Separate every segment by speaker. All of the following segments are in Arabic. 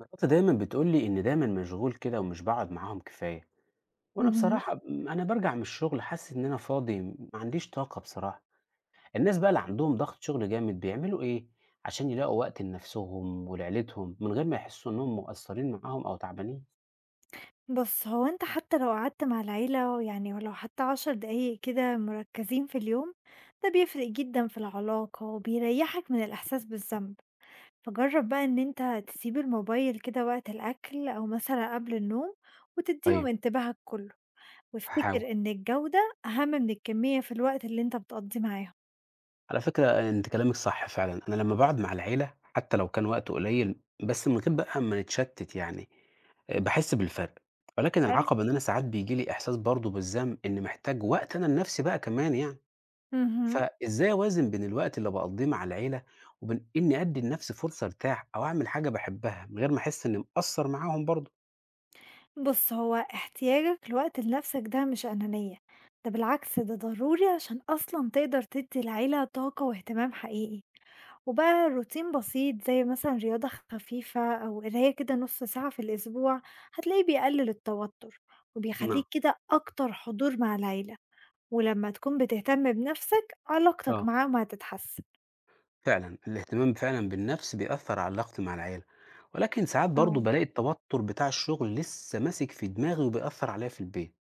Speaker 1: مراتي دايما بتقول لي إن دايما مشغول كده ومش بقعد معاهم كفاية. وأنا
Speaker 2: اهم.
Speaker 1: بصراحة أنا برجع من الشغل حاسس إن أنا فاضي ما عنديش طاقة بصراحة. الناس بقى اللي عندهم ضغط شغل جامد بيعملوا إيه عشان يلاقوا وقت لنفسهم ولعيلتهم من غير ما يحسوا إنهم مقصرين معاهم أو تعبانين؟
Speaker 2: بُص، هو أنت حتى لو قعدت مع العيلة يعني ولو حتى 10 دقايق كده مركّزين في اليوم، ده بيفرق جدًا في العلاقة وبيريّحك من الإحساس بالذنب، فجرّب بقى إن أنت تسيب الموبايل كده وقت الأكل أو مثلًا قبل النوم وتدّيهم
Speaker 1: طيب.
Speaker 2: انتباهك كُلّه،
Speaker 1: هحاول.
Speaker 2: وافتكر إن الجودة أهم من الكمية في الوقت اللي أنت بتقضّيه معاهم.
Speaker 1: على فكرة أنتِ كلامِك صح فعلًا، أنا لمّا باقعد مع العيلة حتى لو كان وقت قليل، بس من غير بقى ما نتشتت يعني، باحس بالفرق، ولكن
Speaker 2: حلو.
Speaker 1: العقبة إن أنا ساعات بييجي لي إحساس برضه بالذنب إني محتاج وقت أنا لنفسي بقى كمان يعني،
Speaker 2: اهم.
Speaker 1: فإزاي أوازن بين الوقت اللي باقضيه مع العيلة وبين إني أدّي لنفسي فرصة أرتاح أو أعمل حاجة باحبها من غير ما أحس إني مقصّر معاهم برضه؟
Speaker 2: بص هو احتياجك لوقت لنفسك ده مش أنانية، ده بالعكس ده ضروري عشان أصلا تقدر تدي العيلة طاقة واهتمام حقيقي، وبقى روتين بسيط زي مثلا رياضة خفيفة أو قراية كده نص ساعة في الأسبوع هتلاقيه بيقلل التوتر
Speaker 1: نعم،
Speaker 2: وبيخليك كده أكتر حضور مع العيلة، ولما تكون بتهتم بنفسك علاقتك
Speaker 1: آه.
Speaker 2: معاهم هتتحسن.
Speaker 1: فعلا الاهتمام فعلا بالنفس بيأثر على علاقتي مع العيلة، ولكن ساعات برضو
Speaker 2: اه
Speaker 1: بلاقي التوتر بتاع الشغل لسه ماسك في دماغي وبيأثر عليا في البيت.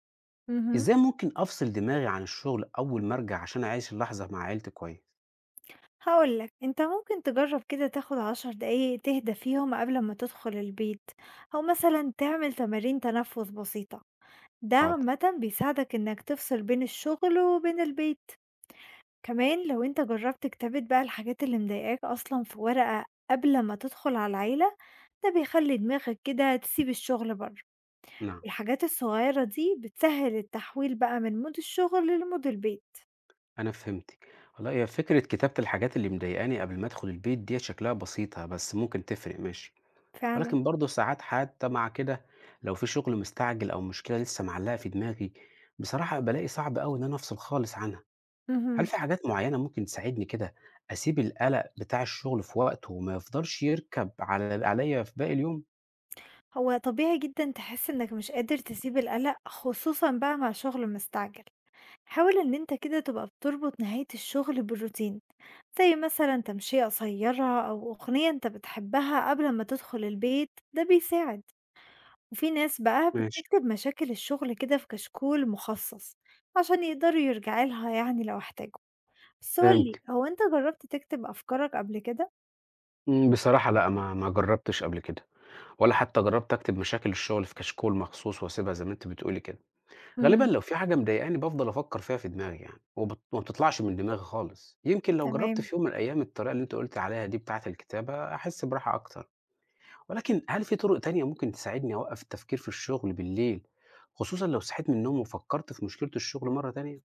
Speaker 2: مهم.
Speaker 1: ازاي ممكن افصل دماغي عن الشغل اول ما ارجع عشان اعيش اللحظة مع عيلتي كويس؟
Speaker 2: هاقول لك، أنت ممكن تجرّب كده تاخد 10 دقايق تهدى فيهم قبل ما تدخل البيت، أو مثلًا تعمل تمارين تنفس بسيطة، ده
Speaker 1: حاضر.
Speaker 2: عامةً بيساعدك إنك تفصل بين الشغل وبين البيت، كمان لو أنت جرّبت كتابة بقى الحاجات اللي مضايقاك أصلًا في ورقة قبل ما تدخل على العيلة، ده بيخلّي دماغك كده تسيب الشغل برّه،
Speaker 1: نعم.
Speaker 2: الحاجات الصغيرة دي بتسهّل التحويل بقى من مود الشغل لمود البيت.
Speaker 1: انا فهمتك. والله هي فكرة كتابة الحاجات اللي مضايقاني قبل ما ادخل البيت دي شكلها بسيطة بس ممكن تفرق. ماشي.
Speaker 2: فعلًا،
Speaker 1: ولكن برضو ساعات حتى مع كده، لو في شغل مستعجل او مشكلة لسه معلقة في دماغي بصراحة بلاقي صعب قوي ان انا افصل خالص عنها. هل
Speaker 2: اهم.
Speaker 1: في حاجات معيّنة ممكن تساعدني كده أسيب القلق بتاع الشغل في وقته وما يفضلش يركب على عليّا في باقي اليوم؟
Speaker 2: هو طبيعي جدًا تحس إنك مش قادر تسيب القلق، خصوصًا بقى مع شغل مستعجل. حاول إن أنت كده تبقى بتربط نهاية الشغل بالروتين، زي مثلًا تمشية قصيرة أو أغنية أنت بتحبها قبل ما تدخل البيت، ده بيساعد. وفي ناس بقى
Speaker 1: ماشي،
Speaker 2: بتكتب مشاكل الشغل كده في كشكول مخصص، عشان يقدروا يرجعوا لها يعني لو احتاجوا. بس قُل لي،
Speaker 1: فهمتك.
Speaker 2: هو أنت جربت تكتب أفكارك قبل كده؟
Speaker 1: بصراحة لأ، ما جرّبتش قبل كده، ولا حتى جرّبت أكتب مشاكل الشغل في كشكول مخصوص وأسيبها زي ما أنتِ بتقولي كده. غالبًا
Speaker 2: إمم.
Speaker 1: لو في حاجة مضايقاني بافضل أفكّر فيها في دماغي يعني، وما بتطلعش من دماغي خالص. يمكن لو جرّبت
Speaker 2: تمام.
Speaker 1: في يوم من الأيام الطريقة اللي أنتِ قُلتِ عليها دي بتاعة الكتابة، أحس براحة أكتر. ولكن هل في طرق تانية ممكن تساعدني أوقف التفكير في الشغل بالليل، خصوصا لو صحيت من النوم وفكرت في مشكلة الشغل مرة تانية؟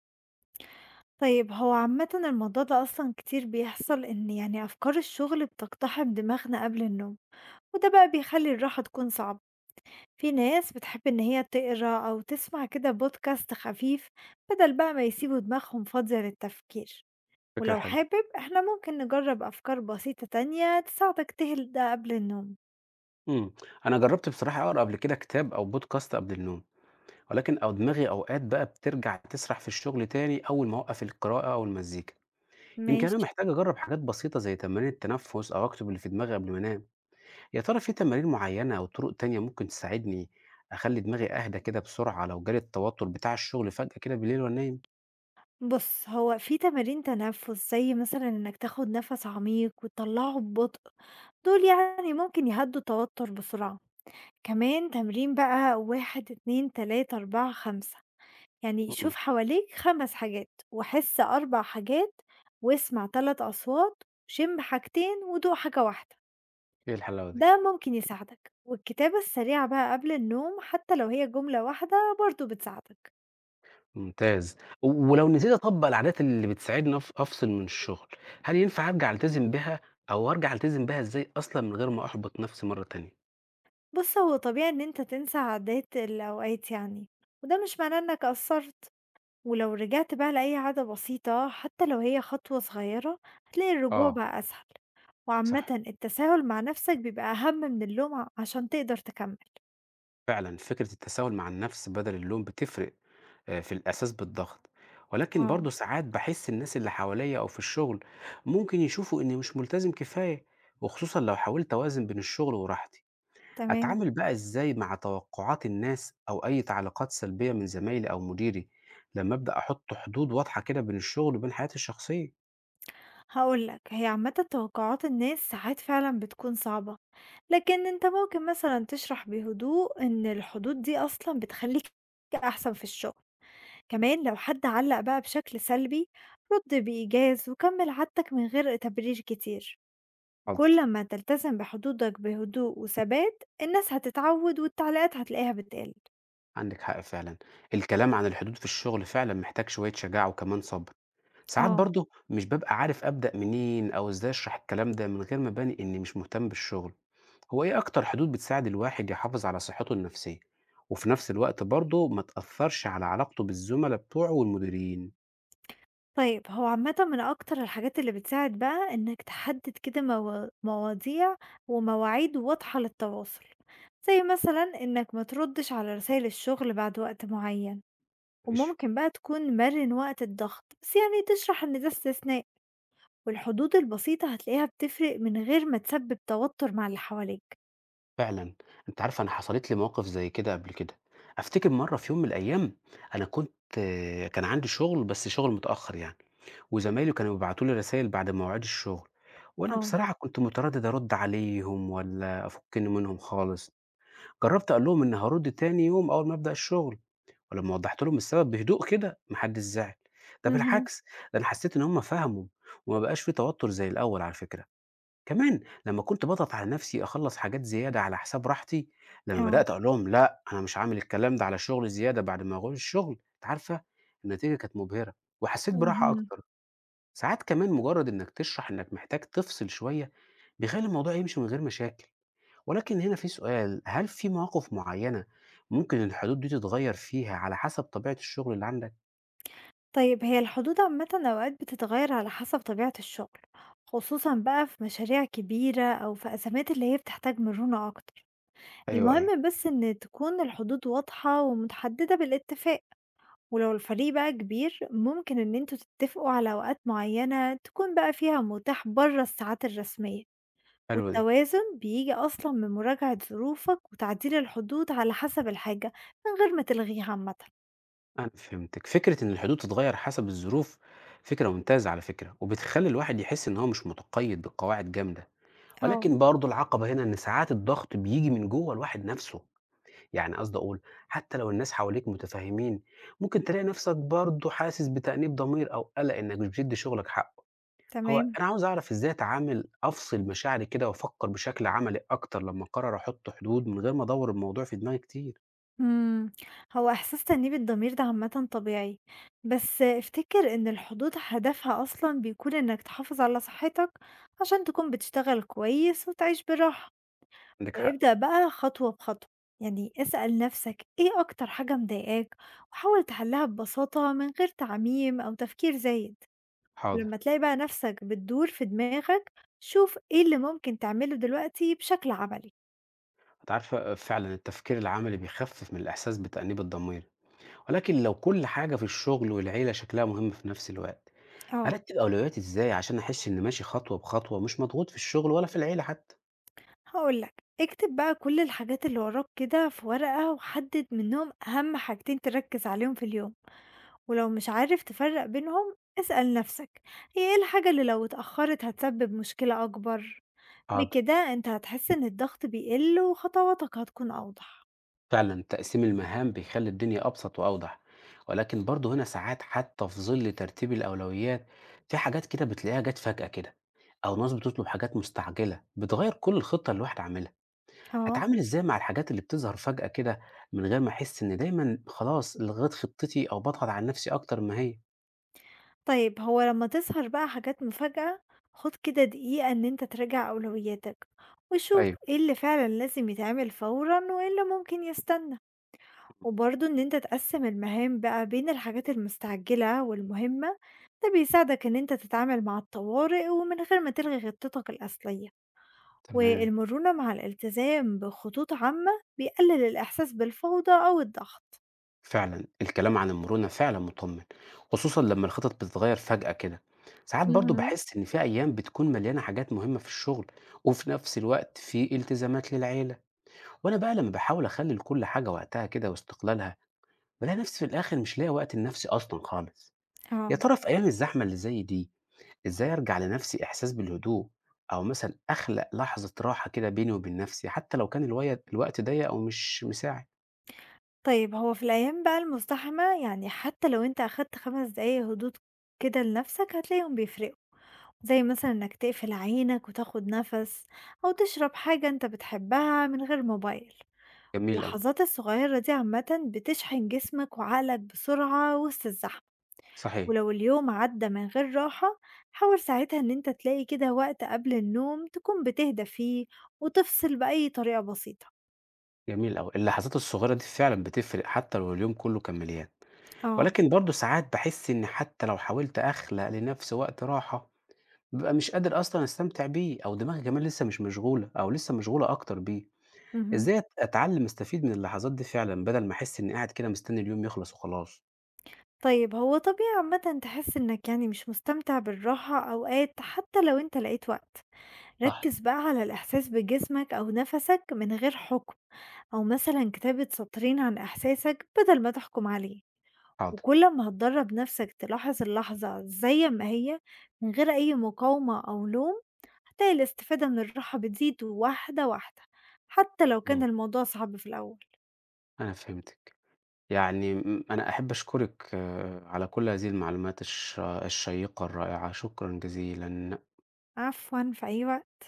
Speaker 2: طيب هو عامةً الموضوع ده أصلًا كتير بيحصل إن يعني أفكار الشغل بتقتحم دماغنا قبل النوم، وده بقى بيخلّي الراحة تكون صعبة، في ناس بتحب إن هي تقرا أو تسمع كده بودكاست خفيف بدل بقى ما يسيبوا دماغهم فاضية للتفكير،
Speaker 1: فكرة
Speaker 2: ولو
Speaker 1: حلوة.
Speaker 2: حابب إحنا ممكن نجرب أفكار بسيطة تانية تساعدك تهدى قبل النوم.
Speaker 1: امم أنا جربت بصراحة أقرأ قبل كده كتاب أو بودكاست قبل النوم، ولكن دماغي أوقات بقى بترجع تسرح في الشغل تاني أول ما أوقف القراءة أو المزيكا. يمكن أنا
Speaker 2: ماشي.
Speaker 1: محتاج أجرب حاجات بسيطة زي تمارين التنفس أو أكتب اللي في دماغي قبل ما أنام. يا ترى في تمارين معينة أو طرق تانية ممكن تساعدني أخلي دماغي أهدى كده بسرعة لو جالي التوتر بتاع الشغل فجأة كده بالليل وأنا نايم؟
Speaker 2: بُص هو في تمارين تنفس زي مثلًا إنك تاخد نفس عميق وتطلعه ببطء، دول يعني ممكن يهدوا التوتر بسرعة. كمان تمرين بقى واحد اتنين تلاتة أربعة خمسة، يعني شوف
Speaker 1: امم
Speaker 2: حواليك خمس حاجات وحس أربع حاجات واسمع تلات أصوات شم حاجتين ودوق حاجة واحدة،
Speaker 1: إيه الحلاوة دي؟
Speaker 2: ده ممكن يساعدك، والكتابة السريعة بقى قبل النوم حتى لو هي جملة واحدة برضو بتساعدك.
Speaker 1: ممتاز. و ولو نسيت أطبّق العادات اللي بتساعدني أفصل من الشغل، هل ينفع أرجع ألتزم بها أو أرجع ألتزم بها إزاي أصلًا من غير ما أحبط نفسي مرّة تانية؟
Speaker 2: بص هو طبيعي إن أنت تنسى عادات الأوقات يعني، وده مش معناه إنك قصرت، ولو رجعت بقى لأي عادة بسيطة حتى لو هي خطوة صغيرة هتلاقي الرجوع
Speaker 1: آه،
Speaker 2: بقى أسهل،
Speaker 1: صح،
Speaker 2: وعامة التساهل مع نفسك بيبقى أهم من اللوم عشان تقدر تكمل.
Speaker 1: فعلًا فكرة التساهل مع النفس بدل اللوم بتفرق في الإحساس بالضغط، ولكن
Speaker 2: اه
Speaker 1: برضه ساعات باحس الناس اللي حواليّا أو في الشغل ممكن يشوفوا إني مش ملتزم كفاية، وخصوصًا لو حاولت أوازن بين الشغل وراحتي.
Speaker 2: تمام.
Speaker 1: أتعامل بقى إزاي مع توقعات الناس أو أي تعليقات سلبية من زمايلي أو مديري لما أبدأ أحط حدود واضحة كده بين الشغل وبين حياتي الشخصية؟
Speaker 2: هقولك هي عامة توقعات الناس ساعات فعلا بتكون صعبة، لكن انت ممكن مثلا تشرح بهدوء ان الحدود دي اصلا بتخليك احسن في الشغل، كمان لو حد علق بقى بشكل سلبي رد بإيجاز وكمل عادتك من غير تبرير كتير،
Speaker 1: حاضر.
Speaker 2: كل ما تلتزم بحدودك بهدوء وثبات الناس هتتعود والتعليقات هتلاقيها بتقل.
Speaker 1: عندك حق فعلا، الكلام عن الحدود في الشغل فعلا محتاج شوية شجاعة وكمان صبر. ساعات
Speaker 2: اه
Speaker 1: برضه مش ببقى عارف أبدأ منين أو إزاي أشرح الكلام ده من غير ما أبان إني مش مهتم بالشغل. هو إيه أكتر حدود بتساعد الواحد يحافظ على صحته النفسية وفي نفس الوقت برضه ما تأثرش على علاقته بالزملاء بتوعه والمديرين؟
Speaker 2: طيب هو عامة من أكتر الحاجات اللي بتساعد بقى إنك تحدد كده مواضيع ومواعيد واضحة للتواصل، زي مثلا إنك ما تردش على رسائل الشغل بعد وقت معين،
Speaker 1: ماشي.
Speaker 2: وممكن بقى تكون مرن وقت الضغط بس يعني تشرح إن ده استثناء، والحدود البسيطة هتلاقيها بتفرق من غير ما تسبب توتر مع اللي حواليك.
Speaker 1: فعلًا، أنتِ عارفة أنا حصلت لي مواقف زي كده قبل كده، أفتكر مرّة في يوم من الأيام أنا كنت كان عندي شغل بس شغل متأخّر يعني، وزمايلي كانوا بيبعتوا لي رسايل بعد مواعيد الشغل، وأنا
Speaker 2: اه
Speaker 1: بصراحة كنت متردد أرُد عليهم والّا أفُكّني منهم خالص، جرّبت أقول لهم إني هارُد تاني يوم أول ما أبدأ الشغل، ولمّا وضّحت لهم السبب بهدوء كده ما حدّش زعل، ده
Speaker 2: مهم.
Speaker 1: بالعكس، ده أنا حسّيت إن هُم فهموا وما بقاش في توتر زي الأول على فكرة. كمان لما كنت باضغط على نفسي أخلّص حاجات زيادة على حساب راحتي، لما
Speaker 2: اه
Speaker 1: بدأت أقول لهم لأ، أنا مش هاعمل الكلام ده على الشغل زيادة بعد ما أغير الشغل، أنتِ عارفة النتيجة كانت مبهرة وحسيت براحة
Speaker 2: مهم.
Speaker 1: أكتر. ساعات كمان مجرد إنك تشرح إنك محتاج تفصل شوية، بيخلّي الموضوع يمشي من غير مشاكل. ولكن هنا في سؤال، هل في مواقف معينة ممكن الحدود دي تتغير فيها على حسب طبيعة الشغل اللي عندك؟
Speaker 2: طيب هي الحدود عامة أوقات بتتغير على حسب طبيعة الشغل، خصوصا بقى في مشاريع كبيرة أو في أزمات اللي هي بتحتاج مرونة أكتر،
Speaker 1: أيوه، أيوه،
Speaker 2: المهم بس إن تكون الحدود واضحة ومتحددة بالاتفاق، ولو الفريق بقى كبير ممكن إن انتوا تتفقوا على أوقات معينة تكون بقى فيها متاح بره الساعات الرسمية،
Speaker 1: حلوة دي.
Speaker 2: والتوازن بيجي أصلا من مراجعة ظروفك وتعديل الحدود على حسب الحاجة من غير ما تلغيها عامة.
Speaker 1: أنا فهمتِك. فكرة إن الحدود تتغيّر حسب الظروف فكرة ممتازة على فكرة، وبتخلّي الواحد يحس إن هو مش مُتقيّد بقواعد جامدة،
Speaker 2: اه
Speaker 1: ولكن برضه العقبة هنا إن ساعات الضغط بييجي من جوّه الواحد نَفْسه، يعني قصدي أقول حتى لو الناس حواليك مُتفهّمين، ممكن تلاقي نَفْسك برضه حاسس بتأنيب ضمير أو قَلَق إنّك مش بتدّي شُغلك حقّه. هو
Speaker 2: تمام.
Speaker 1: أنا عاوز أعرف إزاي أتعامل أفصِل مشاعري كده وأفكّر بشكل عملي أكتر لمّا أقرّر أحُط حدود من غير ما أدوّر الموضوع في دماغي كتير.
Speaker 2: إمم، هو إحساس تأنيب الضمير ده عامةً طبيعي، بس افتكر إن الحدود هدفها أصلًا بيكون إنك تحافظ على صحتك عشان تكون بتشتغل كويس وتعيش براحة،
Speaker 1: عندِك حق،
Speaker 2: وابدأ بقى خطوة بخطوة، يعني اسأل نفسك إيه أكتر حاجة مضايقاك وحاول تحلها ببساطة من غير تعميم أو تفكير زايد،
Speaker 1: حاضر.
Speaker 2: ولما تلاقي بقى نفسك بتدور في دماغك شوف إيه اللي ممكن تعمله دلوقتي بشكل عملي.
Speaker 1: أنتِ عارفة فعلًا التفكير العملي بيخفف من الإحساس بتأنيب الضمير، ولكن لو كل حاجة في الشغل والعيلة شكلها مهم في نفس الوقت،
Speaker 2: آه.
Speaker 1: أرتب أولوياتي إزاي عشان أحس إني ماشي خطوة بخطوة مش مضغوط في الشغل ولا في العيلة حتى؟
Speaker 2: هاقول لك، اكتب بقى كل الحاجات اللي وراك كده في ورقة وحدد منهم أهم حاجتين تركز عليهم في اليوم، ولو مش عارف تفرق بينهم اسأل نفسك هي ايه الحاجة اللي لو اتأخرت هتسبب مشكلة أكبر؟
Speaker 1: حاضر،
Speaker 2: بكده انت هتحس ان الضغط بيقل وخطواتك هتكون أوضح.
Speaker 1: فعلًا تقسيم المهام بيخلي الدنيا أبسط وأوضح، ولكن برضه هنا ساعات حتى في ظل ترتيب الأولويات في حاجات كده بتلاقيها جات فجأة كده، أو ناس بتطلب حاجات مستعجلة بتغير كل الخطة اللي الواحد عاملها.
Speaker 2: اه
Speaker 1: هاتعامل إزاي مع الحاجات اللي بتظهر فجأة كده من غير ما أحس إن دايمًا خلاص لغيت خطتي أو باضغط على نفسي أكتر ما هي؟
Speaker 2: طيب هو لما تظهر بقى حاجات مفاجأة خد كده دقيقة ان انت تراجع أولوياتك وشوف
Speaker 1: أيوه،
Speaker 2: ايه اللي فعلا لازم يتعمل فورا وايه اللي ممكن يستنى. وبرضه إن أنت تقسّم المهام بقى بين الحاجات المستعجلة والمهمة، ده بيساعدك إن أنت تتعامل مع الطوارئ ومن غير ما تلغي خطتك الأصلية،
Speaker 1: تمام،
Speaker 2: والمرونة مع الالتزام بخطوط عامة بيقلل الإحساس بالفوضى أو الضغط.
Speaker 1: فعلًا الكلام عن المرونة فعلًا مطمن، خصوصًا لما الخطط بتتغير فجأة كده، ساعات برضه
Speaker 2: اهم.
Speaker 1: باحس إن في أيام بتكون مليانة حاجات مهمة في الشغل، وفي نفس الوقت في التزامات للعيلة، وأنا بقى لما باحاول أخلّي لكل حاجة وقتها كده واستقلالها، بالاقي نفسي في الآخر مش لاقي وقت لنفسي أصلًا خالص. يا
Speaker 2: آه،
Speaker 1: ترى في أيام الزحمة اللي زي دي إزاي أرجع لنفسي إحساس بالهدوء أو مثلًا أخلق لحظة راحة كده بيني وبين نفسي، حتى لو كان الوقت ضيّق أو مش مساعد؟
Speaker 2: طيب هو في الأيام بقى المزدحمة يعني حتى لو أنت أخدت 5 دقايق هدوء كده لنفسك هتلاقيهم بيفرقوا، زي مثلًا إنك تقفل عينك وتاخد نفس أو تشرب حاجة أنت بتحبها من غير موبايل.
Speaker 1: جميل أوي،
Speaker 2: اللحظات الصغيرة دي عامةً بتشحن جسمك وعقلك بسرعة وسط الزحمة،
Speaker 1: صحيح،
Speaker 2: ولو اليوم عدى من غير راحة حاول ساعتها إن أنت تلاقي كده وقت قبل النوم تكون بتهدى فيه وتفصل بأي طريقة بسيطة.
Speaker 1: جميل أوي، اللحظات الصغيرة دي فعلًا بتفرق حتى لو اليوم كله كان مليان،
Speaker 2: آه،
Speaker 1: ولكن برضه ساعات باحس إني حتى لو حاولت أخلق لنفسي وقت راحة، بابقى مش قادر أصلًا أستمتع بيه أو دماغي كمان لسه مش مشغولة أو لسه مشغولة أكتر بيه،
Speaker 2: اهم.
Speaker 1: إزاي أتعلم أستفيد من اللحظات دي فعلًا بدل ما أحس إني قاعد كده مستني اليوم يخلص وخلاص؟
Speaker 2: طيب هو طبيعي عامةً تحس إنك يعني مش مستمتع بالراحة أوقات حتى لو أنت لقيت وقت،
Speaker 1: صح،
Speaker 2: ركز بقى على الإحساس بجسمك أو نفسك من غير حكم، أو مثلًا كتابة سطرين عن إحساسك بدل ما تحكم عليه.
Speaker 1: حاضر،
Speaker 2: وكل ما هتدرّب نفسك تلاحظ اللحظة زي ما هي من غير أي مقاومة أو لوم، هتلاقي الاستفادة من الراحة بتزيد واحدة واحدة، حتى لو كان
Speaker 1: إمم،
Speaker 2: الموضوع صعب في الأول.
Speaker 1: أنا فهمتِك. يعني أنا أحب أشكرِك على كل هذه المعلومات الشيقة الرائعة، شكرًا جزيلًا.
Speaker 2: عفوًا، في أي وقت.